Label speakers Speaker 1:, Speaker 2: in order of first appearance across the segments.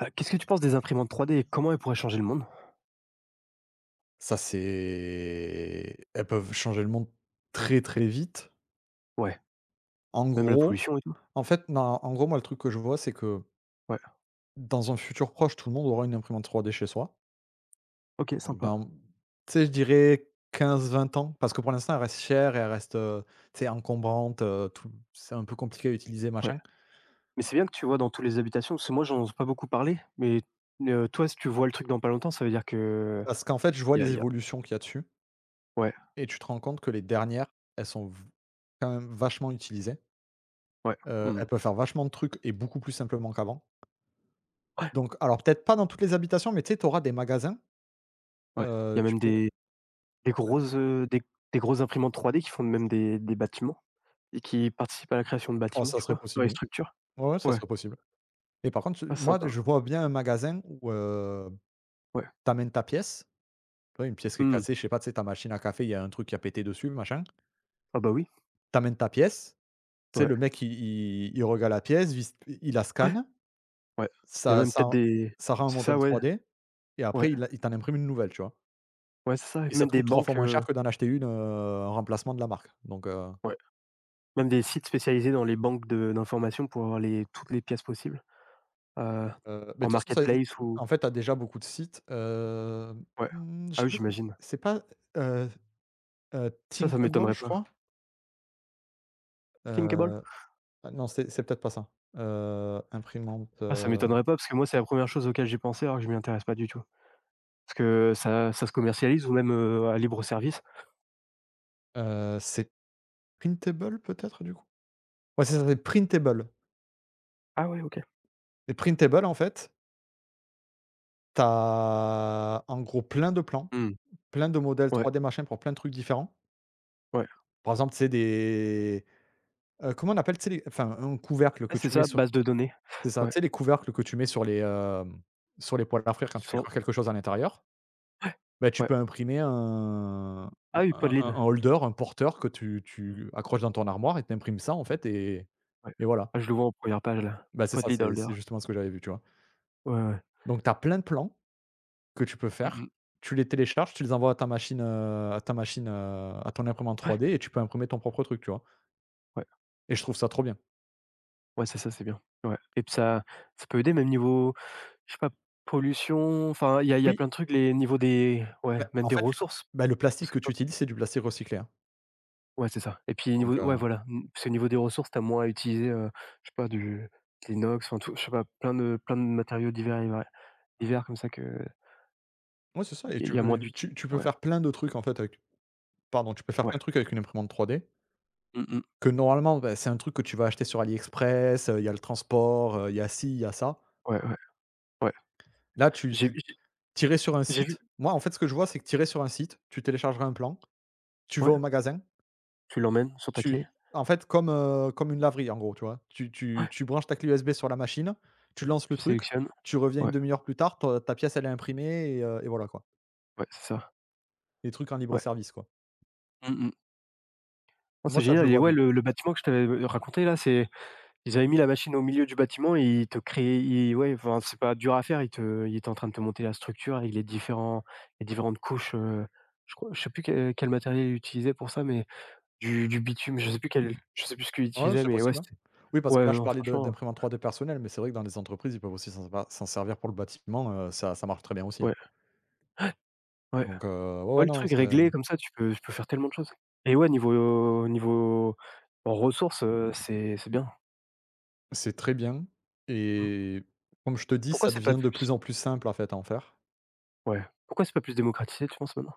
Speaker 1: Qu'est-ce que tu penses des imprimantes 3D et comment elles pourraient changer le monde?
Speaker 2: Ça, c'est elles peuvent changer le monde très, très vite.
Speaker 1: Ouais,
Speaker 2: En
Speaker 1: même la
Speaker 2: gros
Speaker 1: pollution et tout?
Speaker 2: en fait, non, en gros, moi, le truc que je vois, c'est que
Speaker 1: Ouais,
Speaker 2: dans un futur proche, tout le monde aura une imprimante 3D chez soi.
Speaker 1: OK,
Speaker 2: Donc
Speaker 1: sympa,
Speaker 2: dans, tu sais, je dirais 15, 20 ans, parce que pour l'instant, elle reste chère et elle reste, tu sais, encombrante, tout c'est un peu compliqué à utiliser,
Speaker 1: ouais.
Speaker 2: machin.
Speaker 1: Mais c'est bien que tu vois dans toutes les habitations, parce que moi, j'en ai pas beaucoup parlé, mais toi, si tu vois le truc dans pas longtemps, ça veut dire que
Speaker 2: Parce qu'en fait, je vois
Speaker 1: il y a
Speaker 2: les
Speaker 1: il y a
Speaker 2: évolutions qu'il y a dessus
Speaker 1: Ouais,
Speaker 2: et tu te rends compte que les dernières, elles sont v quand même vachement utilisées.
Speaker 1: ouais,
Speaker 2: Elles
Speaker 1: mmh,
Speaker 2: peuvent faire vachement de trucs et beaucoup plus simplement qu'avant.
Speaker 1: ouais,
Speaker 2: Donc alors peut-être pas dans toutes les habitations, mais tu sais, tu auras des magasins,
Speaker 1: ouais. Il y a
Speaker 2: tu
Speaker 1: même
Speaker 2: pour
Speaker 1: des grosses, des grosses imprimantes 3D qui font même des bâtiments et qui participent à la création de
Speaker 2: Oh
Speaker 1: bâtiments,
Speaker 2: ça
Speaker 1: je
Speaker 2: serait
Speaker 1: crois, dans
Speaker 2: possible,
Speaker 1: les
Speaker 2: oui.
Speaker 1: structures.
Speaker 2: Ouais, ouais, ça
Speaker 1: Ouais,
Speaker 2: serait possible et par contre,
Speaker 1: ah, c'est
Speaker 2: moi,
Speaker 1: sympa,
Speaker 2: je vois bien un magasin où,
Speaker 1: ouais,
Speaker 2: tu amènes ta pièce, tu vois, une pièce qui est
Speaker 1: mmh.
Speaker 2: cassée, je sais pas, tu sais, ta machine à café, il y a un truc qui a pété dessus, machin.
Speaker 1: Ah bah oui,
Speaker 2: T'amènes ta pièce, tu sais,
Speaker 1: ouais,
Speaker 2: le mec, il regarde la pièce, vis il la scanne,
Speaker 1: ouais. Il y a
Speaker 2: ça
Speaker 1: même peut-être
Speaker 2: ça
Speaker 1: des,
Speaker 2: ça rend un
Speaker 1: c'est ça,
Speaker 2: modèle
Speaker 1: ouais,
Speaker 2: 3D et
Speaker 1: ouais,
Speaker 2: après il t'en imprime une nouvelle, tu vois?
Speaker 1: ouais, c'est ça,
Speaker 2: Et ça
Speaker 1: même
Speaker 2: te
Speaker 1: des
Speaker 2: coûte 3 fois
Speaker 1: banques,
Speaker 2: moins cher que d'en acheter une, en remplacement de la marque, donc heu
Speaker 1: ouais. Même des sites spécialisés dans les banques de d'informations pour avoir les toutes les pièces possibles, heu,
Speaker 2: Heu, Beh,
Speaker 1: en
Speaker 2: de toute façon, ça
Speaker 1: marketplace ou
Speaker 2: en fait, tu as déjà beaucoup de sites,
Speaker 1: ouais.
Speaker 2: je
Speaker 1: Ah
Speaker 2: sais
Speaker 1: oui,
Speaker 2: plus comment
Speaker 1: j'imagine.
Speaker 2: c'est pas, heu
Speaker 1: Ça
Speaker 2: Thinkable,
Speaker 1: m'étonnerait
Speaker 2: je crois?
Speaker 1: pas. Thinkable?
Speaker 2: Heu, ah non, c'est peut-être pas ça. Heu, imprimante,
Speaker 1: Ah, ça
Speaker 2: heu
Speaker 1: m'étonnerait pas parce que moi, c'est la première chose auquel j'ai pensé alors que je m'y intéresse pas du tout. Parce que ça ça se commercialise ou même, à libre service.
Speaker 2: c'est Printable peut-être, du coup? Ouais, c'est ça, c'est Printable
Speaker 1: Ah ouais, OK.
Speaker 2: et Printable, en fait, tu as, en gros, plein de plans,
Speaker 1: Mmh.
Speaker 2: plein de modèles
Speaker 1: Ouais,
Speaker 2: 3D, machin, pour plein de trucs différents.
Speaker 1: ouais.
Speaker 2: Par exemple, tu sais, comment on appelle, tu sais, les enfin, un couvercle
Speaker 1: Ah,
Speaker 2: que
Speaker 1: c'est
Speaker 2: tu mets
Speaker 1: ça,
Speaker 2: sur.
Speaker 1: base de données.
Speaker 2: C'est ça,
Speaker 1: Ouais.
Speaker 2: tu sais les couvercles que tu mets sur les poêles à frire quand tu fais
Speaker 1: Sans
Speaker 2: cuire quelque chose à l'intérieur, bah, tu
Speaker 1: Ouais.
Speaker 2: peux imprimer un
Speaker 1: Ah
Speaker 2: un
Speaker 1: oui,
Speaker 2: un
Speaker 1: Podlead.
Speaker 2: un holder, un porteur que tu accroches dans ton armoire et tu imprimes ça en fait et
Speaker 1: Ouais.
Speaker 2: et voilà.
Speaker 1: Ah, je le vois en première page là.
Speaker 2: Bah, c'est ça,
Speaker 1: Podlead
Speaker 2: c'est
Speaker 1: Holder.
Speaker 2: c'est justement ce que j'avais vu, tu vois?
Speaker 1: Ouais, ouais.
Speaker 2: Donc tu as plein de plans que tu peux
Speaker 1: Mmh
Speaker 2: faire,
Speaker 1: mh.
Speaker 2: tu les télécharges, tu les envoies à ton imprimante 3D et tu peux imprimer ton propre truc, tu vois?
Speaker 1: Ouais.
Speaker 2: Et je trouve ça trop bien.
Speaker 1: Ouais, c'est ça, c'est bien. Ouais et puis ça peut aider même niveau. Je sais pas, pollution, enfin, il y a
Speaker 2: Oui,
Speaker 1: plein de trucs, les niveaux des, ouais,
Speaker 2: bah,
Speaker 1: même
Speaker 2: en
Speaker 1: des
Speaker 2: fait,
Speaker 1: ressources,
Speaker 2: le plastique
Speaker 1: parce
Speaker 2: que
Speaker 1: que
Speaker 2: tu
Speaker 1: pop
Speaker 2: utilises, c'est du plastique recyclé, hein,
Speaker 1: ouais, c'est ça. Et puis niveau, ouais,
Speaker 2: donc.
Speaker 1: voilà, mmh, parce que niveau des ressources, t'as moins à utiliser, je sais pas, du de l'inox, enfin tout, je sais pas, plein de matériaux divers et variés divers comme ça que
Speaker 2: Ouais, c'est ça
Speaker 1: il
Speaker 2: et
Speaker 1: y a
Speaker 2: tu,
Speaker 1: y a moins
Speaker 2: heu, tu
Speaker 1: d'uti
Speaker 2: tu peux
Speaker 1: ouais,
Speaker 2: faire plein de trucs, en fait, avec pardon, tu peux faire plein
Speaker 1: ouais.
Speaker 2: de trucs avec une imprimante 3D
Speaker 1: Mmh mh.
Speaker 2: que normalement, bah, c'est un truc que tu vas acheter sur AliExpress, il y a le transport, il y a ci, il y a ça.
Speaker 1: Ouais, ouais, ouais.
Speaker 2: Là, tu
Speaker 1: J'ai
Speaker 2: tu
Speaker 1: j'ai
Speaker 2: tu sur un
Speaker 1: j'ai vu,
Speaker 2: site. Moi, en fait, ce que je vois, c'est que tirer sur un site, tu téléchargeras un plan, tu vas
Speaker 1: ouais,
Speaker 2: au magasin,
Speaker 1: tu l'emmènes sur ta
Speaker 2: tu
Speaker 1: clé.
Speaker 2: en fait, comme une laverie, en gros, tu vois? Tu tu
Speaker 1: Ouais,
Speaker 2: tu branches ta clé USB sur la machine, tu lances le
Speaker 1: tu
Speaker 2: truc,
Speaker 1: sélectionnes.
Speaker 2: tu reviens une
Speaker 1: Ouais,
Speaker 2: demi heure plus tard, ta pièce, elle est imprimée et voilà, quoi.
Speaker 1: ouais, c'est ça.
Speaker 2: Des trucs en libre
Speaker 1: Ouais.
Speaker 2: service, quoi.
Speaker 1: Mmh mh. Non,
Speaker 2: Moi,
Speaker 1: c'est
Speaker 2: ça, je le
Speaker 1: génial et
Speaker 2: vois
Speaker 1: ouais,
Speaker 2: bien.
Speaker 1: le bâtiment que je t'avais, raconté là, c'est. Ils avaient mis la machine au milieu du bâtiment et ils te créaient ils ouais, enfin, c'est pas dur à faire, ils étaient en train de te monter la structure avec les différentes couches, je crois, je sais plus quel matériel ils utilisaient pour ça, mais du bitume, je sais plus ce qu'ils
Speaker 2: Ouais,
Speaker 1: utilisaient,
Speaker 2: c'est
Speaker 1: mais ouais,
Speaker 2: possible, hein.
Speaker 1: c'était
Speaker 2: Oui, parce que
Speaker 1: ouais,
Speaker 2: là, je
Speaker 1: non,
Speaker 2: parlais de
Speaker 1: franchement,
Speaker 2: d'imprimantes 3D personnelles, mais c'est vrai que dans les entreprises, ils peuvent aussi s'en servir pour le bâtiment, ça marche très bien aussi, hein.
Speaker 1: ouais, ouais.
Speaker 2: Donc, ouais,
Speaker 1: Ouais,
Speaker 2: ouais,
Speaker 1: le
Speaker 2: non,
Speaker 1: truc
Speaker 2: c'est
Speaker 1: réglé comme ça, tu peux faire tellement de choses et ouais, niveau en ressources, c'est bien.
Speaker 2: c'est très bien
Speaker 1: Mmh.
Speaker 2: et comme je te dis,
Speaker 1: Pourquoi
Speaker 2: ça
Speaker 1: c'est pas
Speaker 2: devient de
Speaker 1: plus
Speaker 2: plus en plus simple, en fait, à en faire.
Speaker 1: Ouais, pourquoi c'est pas plus démocratisé, tu penses, maintenant?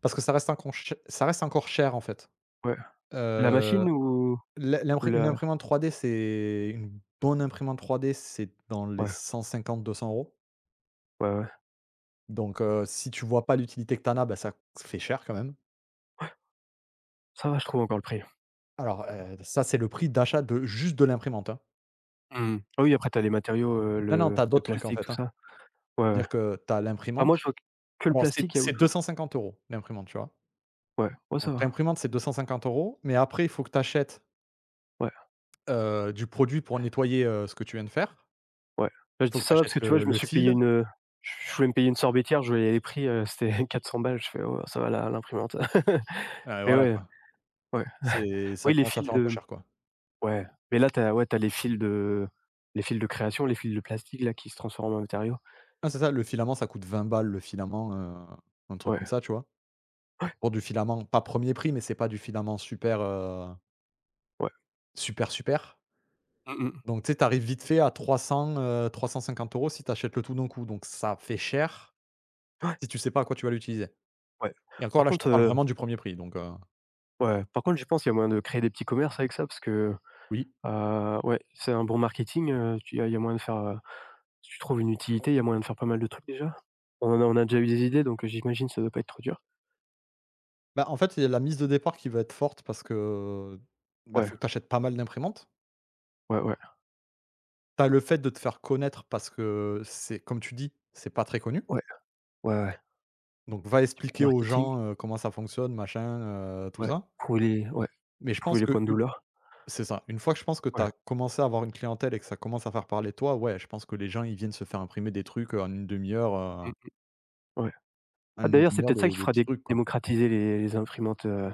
Speaker 2: Parce que ça reste encore cher, en fait.
Speaker 1: Ouais. La
Speaker 2: Heu,
Speaker 1: machine ou
Speaker 2: l'im
Speaker 1: ou
Speaker 2: l'impri Une
Speaker 1: la,
Speaker 2: imprimante 3D, c'est une bonne imprimante 3D, c'est dans les
Speaker 1: ouais,
Speaker 2: 150-200 euros.
Speaker 1: ouais, ouais.
Speaker 2: Donc, si tu vois pas l'utilité que tu en as, bah, ça fait cher quand même.
Speaker 1: Ça va, je trouve encore le prix.
Speaker 2: Alors, ça, c'est le prix d'achat de juste de l'imprimante, hein.
Speaker 1: Mmh. Ah oui, après tu as les matériaux,
Speaker 2: Non, non,
Speaker 1: le
Speaker 2: t'as
Speaker 1: le
Speaker 2: d'autres trucs, en
Speaker 1: plastique,
Speaker 2: fait,
Speaker 1: tout
Speaker 2: hein.
Speaker 1: ça. Ouais, ouais.
Speaker 2: Dire que t'as
Speaker 1: Bah,
Speaker 2: l'imprimante.
Speaker 1: moi, je vois que le
Speaker 2: Alors c'est
Speaker 1: plastique, il y a
Speaker 2: c'est
Speaker 1: autre
Speaker 2: deux
Speaker 1: chose.
Speaker 2: cent cinquante euros l'imprimante, tu vois?
Speaker 1: Ouais, ouais,
Speaker 2: Donc
Speaker 1: ça va.
Speaker 2: l'imprimante, c'est 250 euros, mais après, il faut que tu achètes,
Speaker 1: Ouais,
Speaker 2: du produit pour nettoyer, ce que tu viens de faire.
Speaker 1: ouais. Bah, je
Speaker 2: Il faut
Speaker 1: dis
Speaker 2: que tu
Speaker 1: ça va parce que
Speaker 2: achètes
Speaker 1: tu vois,
Speaker 2: le le fil,
Speaker 1: je voulais me payer une sorbetière, je voyais les prix, c'était 400 balles, je fais: «Oh, ça va la l'imprimante». Mais
Speaker 2: voilà,
Speaker 1: ouais,
Speaker 2: quoi.
Speaker 1: ouais.
Speaker 2: C'est ça
Speaker 1: Oui, les
Speaker 2: commence à
Speaker 1: fils
Speaker 2: faire un peu
Speaker 1: de,
Speaker 2: cher, quoi.
Speaker 1: ouais, mais là, tu as, ouais, tu as les fils de création, les fils de plastique là qui se transforment en matériaux.
Speaker 2: Ah, c'est ça, le filament, ça coûte 20 balles le filament, un truc comme
Speaker 1: Ouais,
Speaker 2: ça, tu vois? Pour du filament, pas premier prix, mais c'est pas du filament super,
Speaker 1: ouais.
Speaker 2: super, super.
Speaker 1: Mmh mh.
Speaker 2: Donc, tu sais, tu arrives vite fait à 350 euros si t'achètes le tout d'un coup, donc ça fait cher
Speaker 1: Ouais,
Speaker 2: si tu sais pas à quoi tu vas l'utiliser
Speaker 1: ouais.
Speaker 2: et encore
Speaker 1: Par
Speaker 2: là, je te
Speaker 1: contre,
Speaker 2: parle vraiment du premier prix.
Speaker 1: ouais, par contre, j'y pense, il y a moyen de créer des petits commerces avec ça parce que.
Speaker 2: Oui.
Speaker 1: Ouais, c'est un bon marketing, tu il y a moyen de faire, si tu trouves une utilité, il y a moyen de faire pas mal de trucs déjà? On a déjà eu des idées donc, j'imagine que ça doit pas être trop dur?
Speaker 2: Bah, en fait, il y a la mise de départ qui va être forte parce que, bah,
Speaker 1: Ouais,
Speaker 2: faut que t'achètes pas mal d'imprimantes.
Speaker 1: ouais, ouais.
Speaker 2: T'as le fait de te faire connaître parce que c'est comme tu dis, c'est pas très connu
Speaker 1: Ouais, ouais, ouais.
Speaker 2: donc va expliquer aux
Speaker 1: Marketing,
Speaker 2: gens, comment ça fonctionne, machin, tout
Speaker 1: ouais.
Speaker 2: ça
Speaker 1: Trouver les, ouais,
Speaker 2: mais je
Speaker 1: trouver
Speaker 2: pense
Speaker 1: les
Speaker 2: que.
Speaker 1: points de douleur.
Speaker 2: C'est ça. Une fois que je pense que tu
Speaker 1: Ouais.
Speaker 2: as commencé à avoir une clientèle et que ça commence à faire parler de toi, ouais, je pense que les gens, ils viennent se faire imprimer des trucs,
Speaker 1: Mmh. Ouais.
Speaker 2: en
Speaker 1: Ah
Speaker 2: une
Speaker 1: d'ailleurs, c'est
Speaker 2: demi heure
Speaker 1: peut-être ça
Speaker 2: des
Speaker 1: qui
Speaker 2: des
Speaker 1: fera
Speaker 2: petits
Speaker 1: dé
Speaker 2: trucs, quoi.
Speaker 1: démocratiser les imprimantes,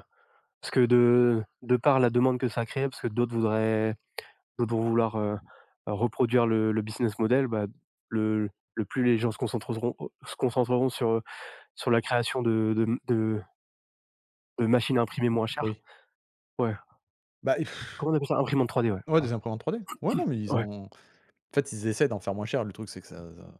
Speaker 1: parce que de par la demande que ça a créée, parce que d'autres vont vouloir, reproduire le business model, bah, le le plus les gens se concentreront sur la création de machines à imprimer moins chères.
Speaker 2: Oui.
Speaker 1: Ouais.
Speaker 2: Bah,
Speaker 1: Comment on appelle ça? Imprimante 3D, ouais,
Speaker 2: ouais, des
Speaker 1: pardon.
Speaker 2: imprimantes 3D. Ouais, non, mais ils
Speaker 1: Ouais,
Speaker 2: en en fait, ils essaient d'en faire moins cher. Le truc, c'est que ça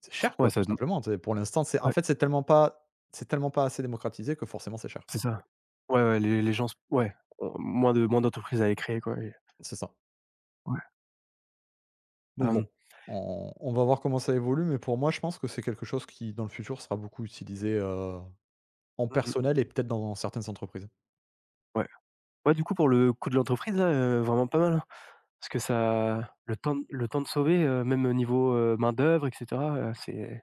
Speaker 2: c'est cher, quoi,
Speaker 1: ouais,
Speaker 2: tout
Speaker 1: ça
Speaker 2: simplement. C'est pour l'instant, c'est en
Speaker 1: ouais,
Speaker 2: fait, c'est tellement pas assez démocratisé que forcément, c'est cher.
Speaker 1: c'est ça. Ouais, ouais, les gens s ouais, ont moins de moins d'entreprises à les créer quoi et
Speaker 2: C'est ça.
Speaker 1: ouais,
Speaker 2: Donc
Speaker 1: hem,
Speaker 2: bon, on va voir comment ça évolue, mais pour moi, je pense que c'est quelque chose qui, dans le futur, sera beaucoup utilisé, en
Speaker 1: mmh mh,
Speaker 2: personnel et peut-être dans certaines entreprises.
Speaker 1: ouais. Ouais, du coup, pour le coût de l'entreprise, là, vraiment pas mal, hein, parce que ça le temps de sauver, même au niveau, main-d'œuvre et cetera, c'est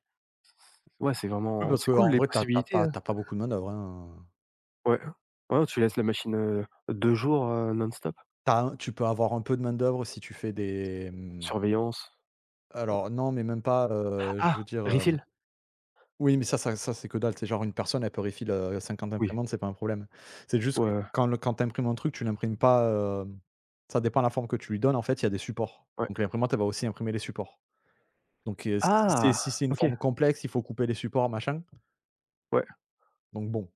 Speaker 1: ouais, c'est
Speaker 2: Oui,
Speaker 1: vraiment
Speaker 2: parce que
Speaker 1: c'est cool
Speaker 2: en
Speaker 1: les
Speaker 2: vrai, t'as as
Speaker 1: possibilités,
Speaker 2: pas
Speaker 1: hein.
Speaker 2: tu pas beaucoup de main-d'œuvre, hein,
Speaker 1: Ouais. Ouais, tu laisses la machine, 2 jours, non-stop.
Speaker 2: tu peux avoir un peu de main-d'œuvre si tu fais
Speaker 1: Surveillance.
Speaker 2: alors non, mais même pas, je
Speaker 1: Ah!
Speaker 2: veux dire,
Speaker 1: Refill?
Speaker 2: oui, mais ça, c'est que dalle, c'est genre une personne, elle peut refill, 50
Speaker 1: Oui.
Speaker 2: imprimantes, c'est pas un problème. C'est juste
Speaker 1: Ouais,
Speaker 2: que
Speaker 1: ouais.
Speaker 2: quand tu un truc, tu l'imprimes pas, ça dépend de la forme que tu lui donnes, en fait, il y a des supports.
Speaker 1: Ouais.
Speaker 2: Donc l'imprimante, elle va aussi imprimer les supports. Donc, si c'est
Speaker 1: Ah!
Speaker 2: si c'est une
Speaker 1: OK,
Speaker 2: forme complexe, il faut couper les supports, machin,
Speaker 1: ouais.
Speaker 2: donc bon.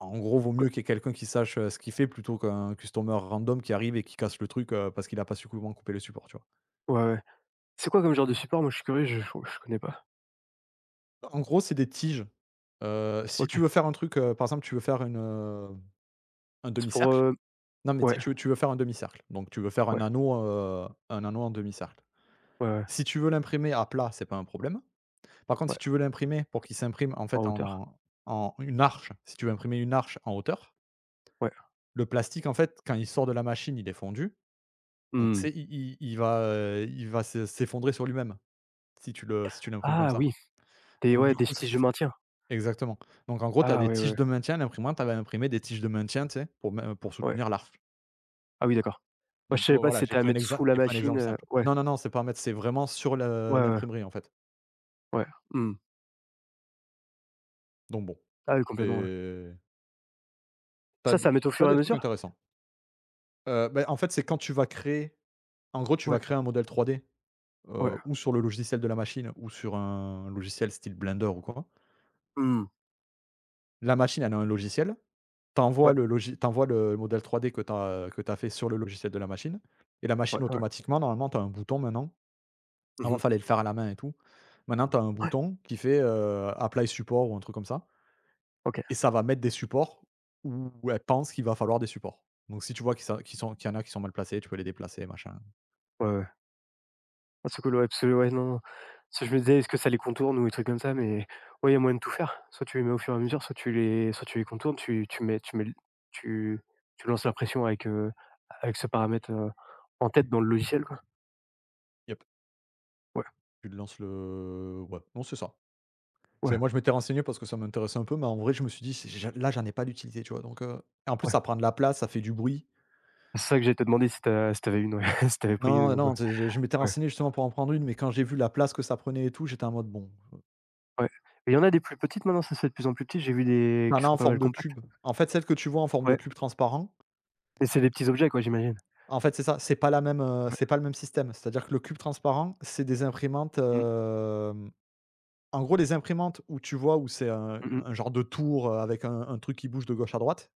Speaker 2: En gros, vaut
Speaker 1: Qu
Speaker 2: mieux qu'il y ait quelqu'un qui sache, ce qu'il fait plutôt qu'un customer random qui arrive et qui casse le truc, parce qu'il a pas su comment couper le support, tu vois?
Speaker 1: Ouais, ouais. C'est quoi comme genre de support? Moi, je suis curieux, je connais pas.
Speaker 2: En gros, c'est des tiges. Si
Speaker 1: OK.
Speaker 2: tu veux faire un truc, par exemple, tu veux faire un
Speaker 1: C'est pour,
Speaker 2: demi-cercle. Non, mais tu
Speaker 1: ouais,
Speaker 2: sais, tu veux faire un demi-cercle, donc tu veux faire
Speaker 1: ouais,
Speaker 2: un anneau en demi-cercle.
Speaker 1: ouais, ouais,
Speaker 2: Si tu veux l'imprimer à plat, c'est pas un problème. Par contre, si
Speaker 1: ouais,
Speaker 2: tu veux l'imprimer pour qu'il s'imprime, en
Speaker 1: en
Speaker 2: fait,
Speaker 1: hauteur.
Speaker 2: en une arche, si tu veux imprimer une arche en hauteur,
Speaker 1: Ouais.
Speaker 2: le plastique, en fait, quand il sort de la machine, il est fondu. Donc tu sais,
Speaker 1: Mmh.
Speaker 2: il va s'effondrer sur lui-même, si tu l'imprimes comme
Speaker 1: Ah
Speaker 2: ça.
Speaker 1: oui, des,
Speaker 2: Donc
Speaker 1: ouais,
Speaker 2: du
Speaker 1: des
Speaker 2: coup, ce
Speaker 1: tiges
Speaker 2: qu'il
Speaker 1: de
Speaker 2: f
Speaker 1: maintien.
Speaker 2: exactement. Donc en gros, tu as
Speaker 1: Ah
Speaker 2: des
Speaker 1: ouais, ouais,
Speaker 2: tiges
Speaker 1: ouais,
Speaker 2: de maintien, l'imprimante, elle va imprimer des tiges de maintien, tu sais, pour
Speaker 1: ouais.
Speaker 2: soutenir l'arche.
Speaker 1: Ah oui, d'accord. Moi,
Speaker 2: Donc
Speaker 1: je savais
Speaker 2: bon,
Speaker 1: pas si
Speaker 2: voilà,
Speaker 1: c'était à mettre sous la
Speaker 2: j'ai pris un
Speaker 1: machine,
Speaker 2: exemple simple.
Speaker 1: ouais,
Speaker 2: Non, non, non, c'est pas à mettre, c'est vraiment sur le
Speaker 1: ouais, ouais,
Speaker 2: l'imprimerie, en fait.
Speaker 1: ouais, mmh.
Speaker 2: Donc bon,
Speaker 1: Ah oui, complètement, ouais.
Speaker 2: c'est t'as as
Speaker 1: Ça,
Speaker 2: d
Speaker 1: c'est à mettre au fur et à
Speaker 2: des trucs
Speaker 1: mesure?
Speaker 2: intéressants. Beh, en fait, c'est quand tu vas créer en gros, tu vas
Speaker 1: Ouais,
Speaker 2: créer un modèle 3D
Speaker 1: ouais,
Speaker 2: , ou sur le logiciel de la machine ou sur un logiciel style Blender ou quoi.
Speaker 1: mmh,
Speaker 2: La machine, elle a un logiciel.
Speaker 1: ouais,
Speaker 2: T'envoies le modèle 3D que tu fait sur le logiciel de la machine et la
Speaker 1: ouais,
Speaker 2: machine
Speaker 1: ouais.
Speaker 2: automatiquement, normalement, tu as un bouton maintenant.
Speaker 1: Mmh
Speaker 2: Avant, il
Speaker 1: mh.
Speaker 2: fallait le faire à la main et tout. Maintenant, tu as un bouton qui fait, apply support ou un truc comme ça
Speaker 1: OK,
Speaker 2: et ça va mettre des supports où elle pense qu'il va falloir des supports. Donc si tu vois qu'ils sont qu'il y en a qui sont mal placés, tu peux les déplacer, machin.
Speaker 1: ouais, ouais. Ah c'est cool, ouais, parce que ouais, non, ça je me disais: «Est-ce que ça les contourne ou des trucs comme ça?» mais ouais, il y a moyen de tout faire. Soit tu les mets au fur et à mesure, soit tu les contournes, tu tu mets l tu tu lances la pression avec, avec ce paramètre, en tête dans le logiciel, quoi.
Speaker 2: Yep,
Speaker 1: Ouais,
Speaker 2: tu lances le ouais, non, c'est ça. C'est
Speaker 1: ouais,
Speaker 2: moi, je m'étais renseigné parce que ça m'intéressait un peu, mais en vrai, je me suis dit: «C'est ja Là, j'en ai pas d'utilité», tu vois? Donc et en plus,
Speaker 1: ouais.
Speaker 2: ça prend de la place, ça fait du bruit.
Speaker 1: C'est ça que j'allais te demander si t'as si t'avais une, ouais, si t'avais pris une
Speaker 2: Non,
Speaker 1: ou
Speaker 2: non,
Speaker 1: quoi.
Speaker 2: c'est, je m'étais
Speaker 1: Ouais,
Speaker 2: renseigné justement pour en prendre une, mais quand j'ai vu la place que ça prenait et tout, j'étais en mode: «Bon».
Speaker 1: ouais. Il y en a des plus petites maintenant, ça se fait de plus en plus petit, j'ai vu des
Speaker 2: Tu en
Speaker 1: qui
Speaker 2: as en
Speaker 1: sont pas
Speaker 2: forme
Speaker 1: mal
Speaker 2: de
Speaker 1: compacts.
Speaker 2: cube. En fait, celle que tu vois en forme de
Speaker 1: Ouais,
Speaker 2: cube transparent,
Speaker 1: mais c'est des petits objets quoi, j'imagine?
Speaker 2: en fait, c'est ça, c'est pas la même,
Speaker 1: Ouais.
Speaker 2: c'est pas le même système. C'est-à-dire que le cube transparent, c'est des imprimantes,
Speaker 1: Mmh.
Speaker 2: en gros, les imprimantes où tu vois où c'est un
Speaker 1: Mmh mh.
Speaker 2: un genre de tour, avec un truc qui bouge de gauche à droite.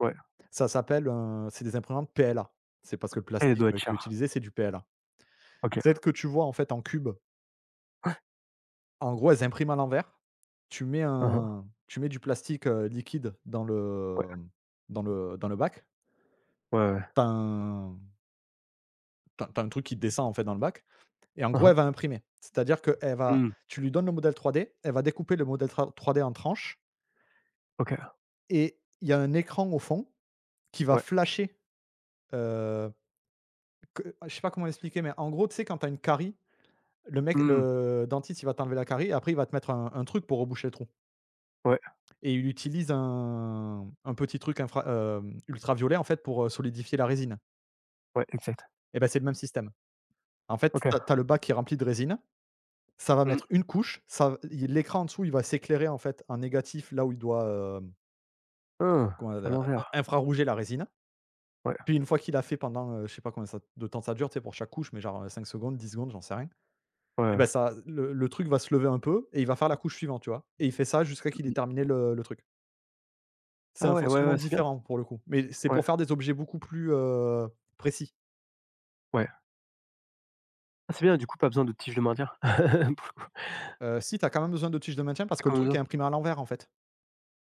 Speaker 1: Ouais.
Speaker 2: Ça s'appelle, c'est des imprimantes PLA. C'est parce que le
Speaker 1: Eh, elle
Speaker 2: plastique,
Speaker 1: doit être
Speaker 2: qui est
Speaker 1: chère.
Speaker 2: utilisé, c'est du PLA.
Speaker 1: OK.
Speaker 2: Celles que tu vois, en fait, en cube, en gros, elles impriment à l'envers.
Speaker 1: Mmh.
Speaker 2: Tu mets du plastique, liquide dans le,
Speaker 1: Ouais.
Speaker 2: mmh, dans le dans le bac.
Speaker 1: Ouais, ouais.
Speaker 2: T'as, as un Tu as un truc qui descend, en fait, dans le bac et en
Speaker 1: Mmh
Speaker 2: gros, elle va
Speaker 1: mh.
Speaker 2: imprimer. C'est-à-dire que elle va,
Speaker 1: Mmh.
Speaker 2: tu lui donnes le modèle 3D, elle va découper le modèle tra 3D en tranches
Speaker 1: OK.
Speaker 2: et il y a un écran au fond qui va
Speaker 1: Ouais.
Speaker 2: flasher, heu, que je sais pas comment expliquer, mais en gros, tu sais, quand tu as une carie.
Speaker 1: Mmh.
Speaker 2: Le dentiste, il va t'enlever la carie et après il va te mettre un truc pour reboucher le trou
Speaker 1: Ouais,
Speaker 2: et il utilise un petit truc ultraviolet en fait pour, solidifier la résine
Speaker 1: ouais, exact.
Speaker 2: et ben c'est le même système. En fait,
Speaker 1: OK.
Speaker 2: tu as le bac qui est rempli de résine, ça va
Speaker 1: Mmh.
Speaker 2: mettre une couche, ça v i l'écran en dessous, il va s'éclairer en fait en négatif là où il doit,
Speaker 1: Ah,
Speaker 2: comment on
Speaker 1: c'est à
Speaker 2: a in
Speaker 1: l'envers.
Speaker 2: infrarouger la résine.
Speaker 1: Ouais,
Speaker 2: Puis une fois qu'il a fait pendant, je sais pas combien ça de temps ça dure, tu sais, pour chaque couche, mais genre, 5 secondes, 10 secondes, j'en sais rien
Speaker 1: ouais,
Speaker 2: et
Speaker 1: ouais.
Speaker 2: ben ça le truc va se lever un peu et il va faire la couche suivante, tu vois? Et il fait ça jusqu'à qu'il ait
Speaker 1: Mmh mh.
Speaker 2: terminé le truc. C'est
Speaker 1: Ah
Speaker 2: un
Speaker 1: ouais, ouais,
Speaker 2: fonctionnement
Speaker 1: ouais, c'est bien.
Speaker 2: différent pour le coup, mais c'est
Speaker 1: Ouais,
Speaker 2: pour faire des objets beaucoup plus, précis.
Speaker 1: ouais. Ah, c'est bien, du coup, pas besoin de tige de maintien? Pour.
Speaker 2: Si tu as quand même besoin de tiges de maintien parce que le truc
Speaker 1: Comment
Speaker 2: est
Speaker 1: ça?
Speaker 2: imprimé à l'envers en fait.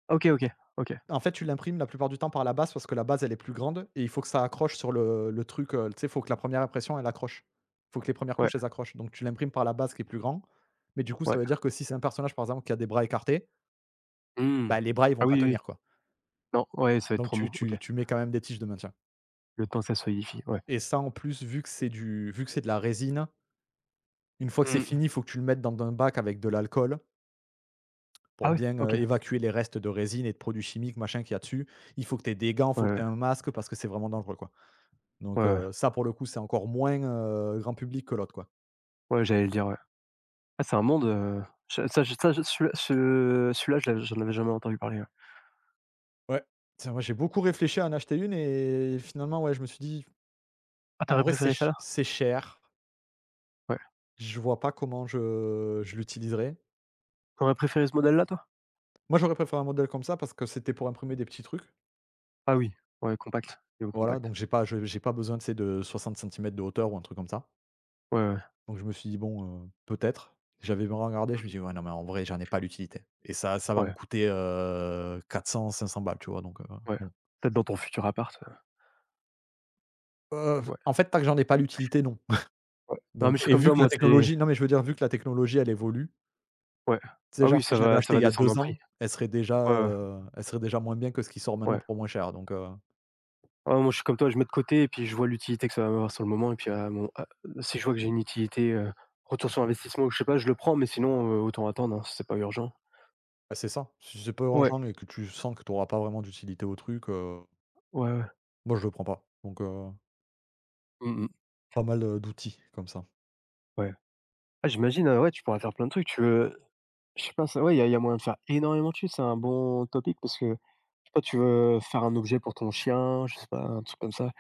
Speaker 1: OK, OK, OK.
Speaker 2: En fait, tu l'imprimes la plupart du temps par la base parce que la base elle est plus grande et il faut que ça accroche sur le truc, tu sais, il faut que la première impression elle accroche. Il faut que les premières
Speaker 1: Ouais,
Speaker 2: couches elles accrochent, donc tu l'imprimes par la base qui est plus grand, mais du coup ça
Speaker 1: ouais.
Speaker 2: veut dire que si c'est un personnage par exemple qui a des bras écartés,
Speaker 1: Mmh.
Speaker 2: bah, les bras ils vont
Speaker 1: Ah
Speaker 2: pas
Speaker 1: oui, oui, oui.
Speaker 2: tenir quoi.
Speaker 1: Non, ouais, ça va être
Speaker 2: Donc
Speaker 1: trop
Speaker 2: tu
Speaker 1: mou. OK.
Speaker 2: tu tu mets quand même des tiges de maintien
Speaker 1: Le temps que ça se solidifie, ouais.
Speaker 2: et ça en plus vu que c'est de la résine, une fois que
Speaker 1: Mmh.
Speaker 2: c'est
Speaker 1: Mh.
Speaker 2: fini, il faut que tu le mettes dans un bac avec de l'alcool. Pour
Speaker 1: Ah ouais?
Speaker 2: bien,
Speaker 1: OK.
Speaker 2: évacuer les restes de résine et de produits chimiques, machin, qu'il y a dessus. Il faut que tu aies des gants, il faut
Speaker 1: Ouais,
Speaker 2: que
Speaker 1: ouais,
Speaker 2: tu aies un masque parce que c'est vraiment dangereux, quoi.
Speaker 1: ouais,
Speaker 2: Donc
Speaker 1: ouais.
Speaker 2: heu, ça pour le coup, c'est encore moins, grand public que l'autre, quoi.
Speaker 1: Ouais, j'allais le dire, ouais. Ah, c'est un monde, je ça je ça je celui-là ce celui-là, je l'a j'en avais jamais entendu parler, ouais.
Speaker 2: Ouais. Tiens, moi, j'ai beaucoup réfléchi à en acheter une et finalement, ouais, je me suis dit:
Speaker 1: Ah, tu
Speaker 2: «En
Speaker 1: aurais
Speaker 2: vrai,
Speaker 1: préféré ça là?
Speaker 2: c'est cher.
Speaker 1: Ouais.
Speaker 2: Je vois pas comment je l'utiliserais».
Speaker 1: Tu aurais préféré ce modèle-là, toi?
Speaker 2: Moi, j'aurais préféré un modèle comme ça parce que c'était pour imprimer des petits trucs.
Speaker 1: Ah oui, ouais, compact, niveau
Speaker 2: Voilà,
Speaker 1: compact.
Speaker 2: donc j'ai pas besoin, de sais, de 60 centimètres de hauteur ou un truc comme ça.
Speaker 1: Ouais, ouais.
Speaker 2: Donc je me suis dit: «Bon, peut-être». J'avais bien regardé, je me dis: «Ouais, non, mais en vrai, j'en ai pas l'utilité et ça va me
Speaker 1: Ouais,
Speaker 2: coûter, 400 500 balles», tu vois? Donc
Speaker 1: ouais.
Speaker 2: non.
Speaker 1: Peut-être dans ton futur appart, ouais.
Speaker 2: En fait, tant que j'en ai pas l'utilité, non.
Speaker 1: Ouais. Non, mais je suis comme
Speaker 2: Vu
Speaker 1: toi,
Speaker 2: que la
Speaker 1: moi, c'est
Speaker 2: technologie, non, mais je veux dire, vu que la technologie, elle évolue.
Speaker 1: ouais.
Speaker 2: Tu sais,
Speaker 1: Ah
Speaker 2: genre,
Speaker 1: oui,
Speaker 2: si
Speaker 1: ça
Speaker 2: je l'avais
Speaker 1: va ça
Speaker 2: acheté il
Speaker 1: va
Speaker 2: y a
Speaker 1: descendre en
Speaker 2: 2
Speaker 1: prix.
Speaker 2: ans,
Speaker 1: Ouais, ouais,
Speaker 2: elle serait déjà moins bien que ce qui sort maintenant
Speaker 1: ouais.
Speaker 2: pour moins cher, donc.
Speaker 1: Ah moi, je suis comme toi, je mets de côté et puis je vois l'utilité que ça va m'avoir sur le moment et puis à mon à si je vois que j'ai une utilité, retour sur investissement ou je sais pas, je le prends, mais sinon, autant attendre, hein, si c'est pas urgent.
Speaker 2: Bah, c'est ça. Si c'est pas
Speaker 1: Ouais,
Speaker 2: urgent et que tu sens que tu auras pas vraiment d'utilité au truc,
Speaker 1: ouais, ouais.
Speaker 2: moi, je le prends pas,
Speaker 1: Mmh mh.
Speaker 2: pas mal, d'outils comme ça.
Speaker 1: Ouais. Ah j'imagine, ouais, tu pourras faire plein de trucs. Tu veux Je sais pas, ça ouais, il y a moyen de faire énormément de choses. C'est un bon topic parce que, je sais pas, tu veux faire un objet pour ton chien, je sais pas, un truc comme ça.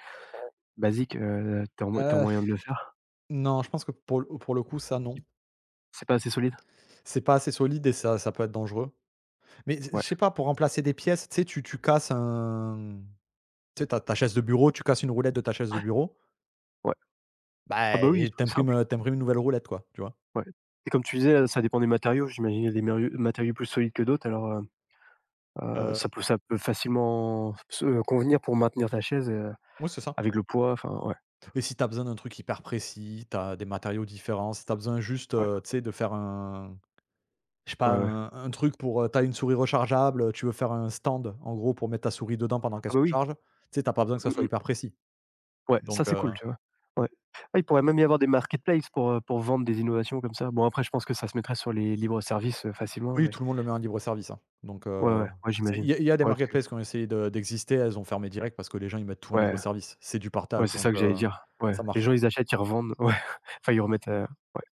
Speaker 1: Basique, tu as
Speaker 2: Heu,
Speaker 1: moyen de le faire?
Speaker 2: non, je pense que pour le coup, ça,
Speaker 1: I
Speaker 2: non.
Speaker 1: C'est pas assez solide?
Speaker 2: C'est pas assez solide et ça peut être dangereux. Mais
Speaker 1: Ouais,
Speaker 2: je sais pas, pour remplacer des pièces, tu sais, tu tu casses un tu sais, ta chaise de bureau, tu casses une roulette de ta chaise de bureau,
Speaker 1: ouais. Ah
Speaker 2: bah
Speaker 1: bah, oui,
Speaker 2: et
Speaker 1: très
Speaker 2: t'imprimes
Speaker 1: simple,
Speaker 2: imprimes, une nouvelle roulette, quoi, tu vois?
Speaker 1: ouais et comme tu disais, ça dépend des matériaux. J'imagine il y a des mérieux matériaux plus solides que d'autres alors,
Speaker 2: Heu,
Speaker 1: ça peut facilement se convenir pour maintenir ta chaise,
Speaker 2: ouais, c'est ça
Speaker 1: avec le poids, enfin, ouais,
Speaker 2: et si t'as besoin d'un truc hyper précis, t'as des matériaux différents, si tu besoin juste,
Speaker 1: ouais,
Speaker 2: tu sais, de faire un, je sais pas,
Speaker 1: ouais, ouais.
Speaker 2: un truc pour, tu une souris rechargeable, tu veux faire un stand, en gros, pour mettre ta souris dedans pendant qu'elle
Speaker 1: Ah
Speaker 2: se
Speaker 1: bah, oui,
Speaker 2: recharge, tu sais, t'as pas besoin que ça
Speaker 1: mmh
Speaker 2: soit
Speaker 1: mh.
Speaker 2: hyper précis,
Speaker 1: Ouais, ça,
Speaker 2: donc
Speaker 1: c'est
Speaker 2: heu
Speaker 1: cool, tu vois? Ouais. Ah, il pourrait même y avoir des marketplaces pour vendre des innovations comme ça. Bon après je pense que ça se mettrait sur les libres services, facilement
Speaker 2: Oui,
Speaker 1: mais
Speaker 2: tout le monde le met en libre service, hein.
Speaker 1: ouais, ouais, ouais,
Speaker 2: C'est il
Speaker 1: j'imagine.
Speaker 2: y a il y a des
Speaker 1: Ouais, parce que
Speaker 2: marketplaces qui ont essayé de d'exister, elles ont fermé direct parce que les gens, ils mettent tout en libre
Speaker 1: ouais.
Speaker 2: service. C'est du
Speaker 1: Ouais,
Speaker 2: partage,
Speaker 1: c'est ça que j'allais dire. Ouais,
Speaker 2: ça
Speaker 1: les
Speaker 2: marche
Speaker 1: gens,
Speaker 2: pas.
Speaker 1: ils achètent, ils revendent. Ouais, enfin, ils remettent, ouais.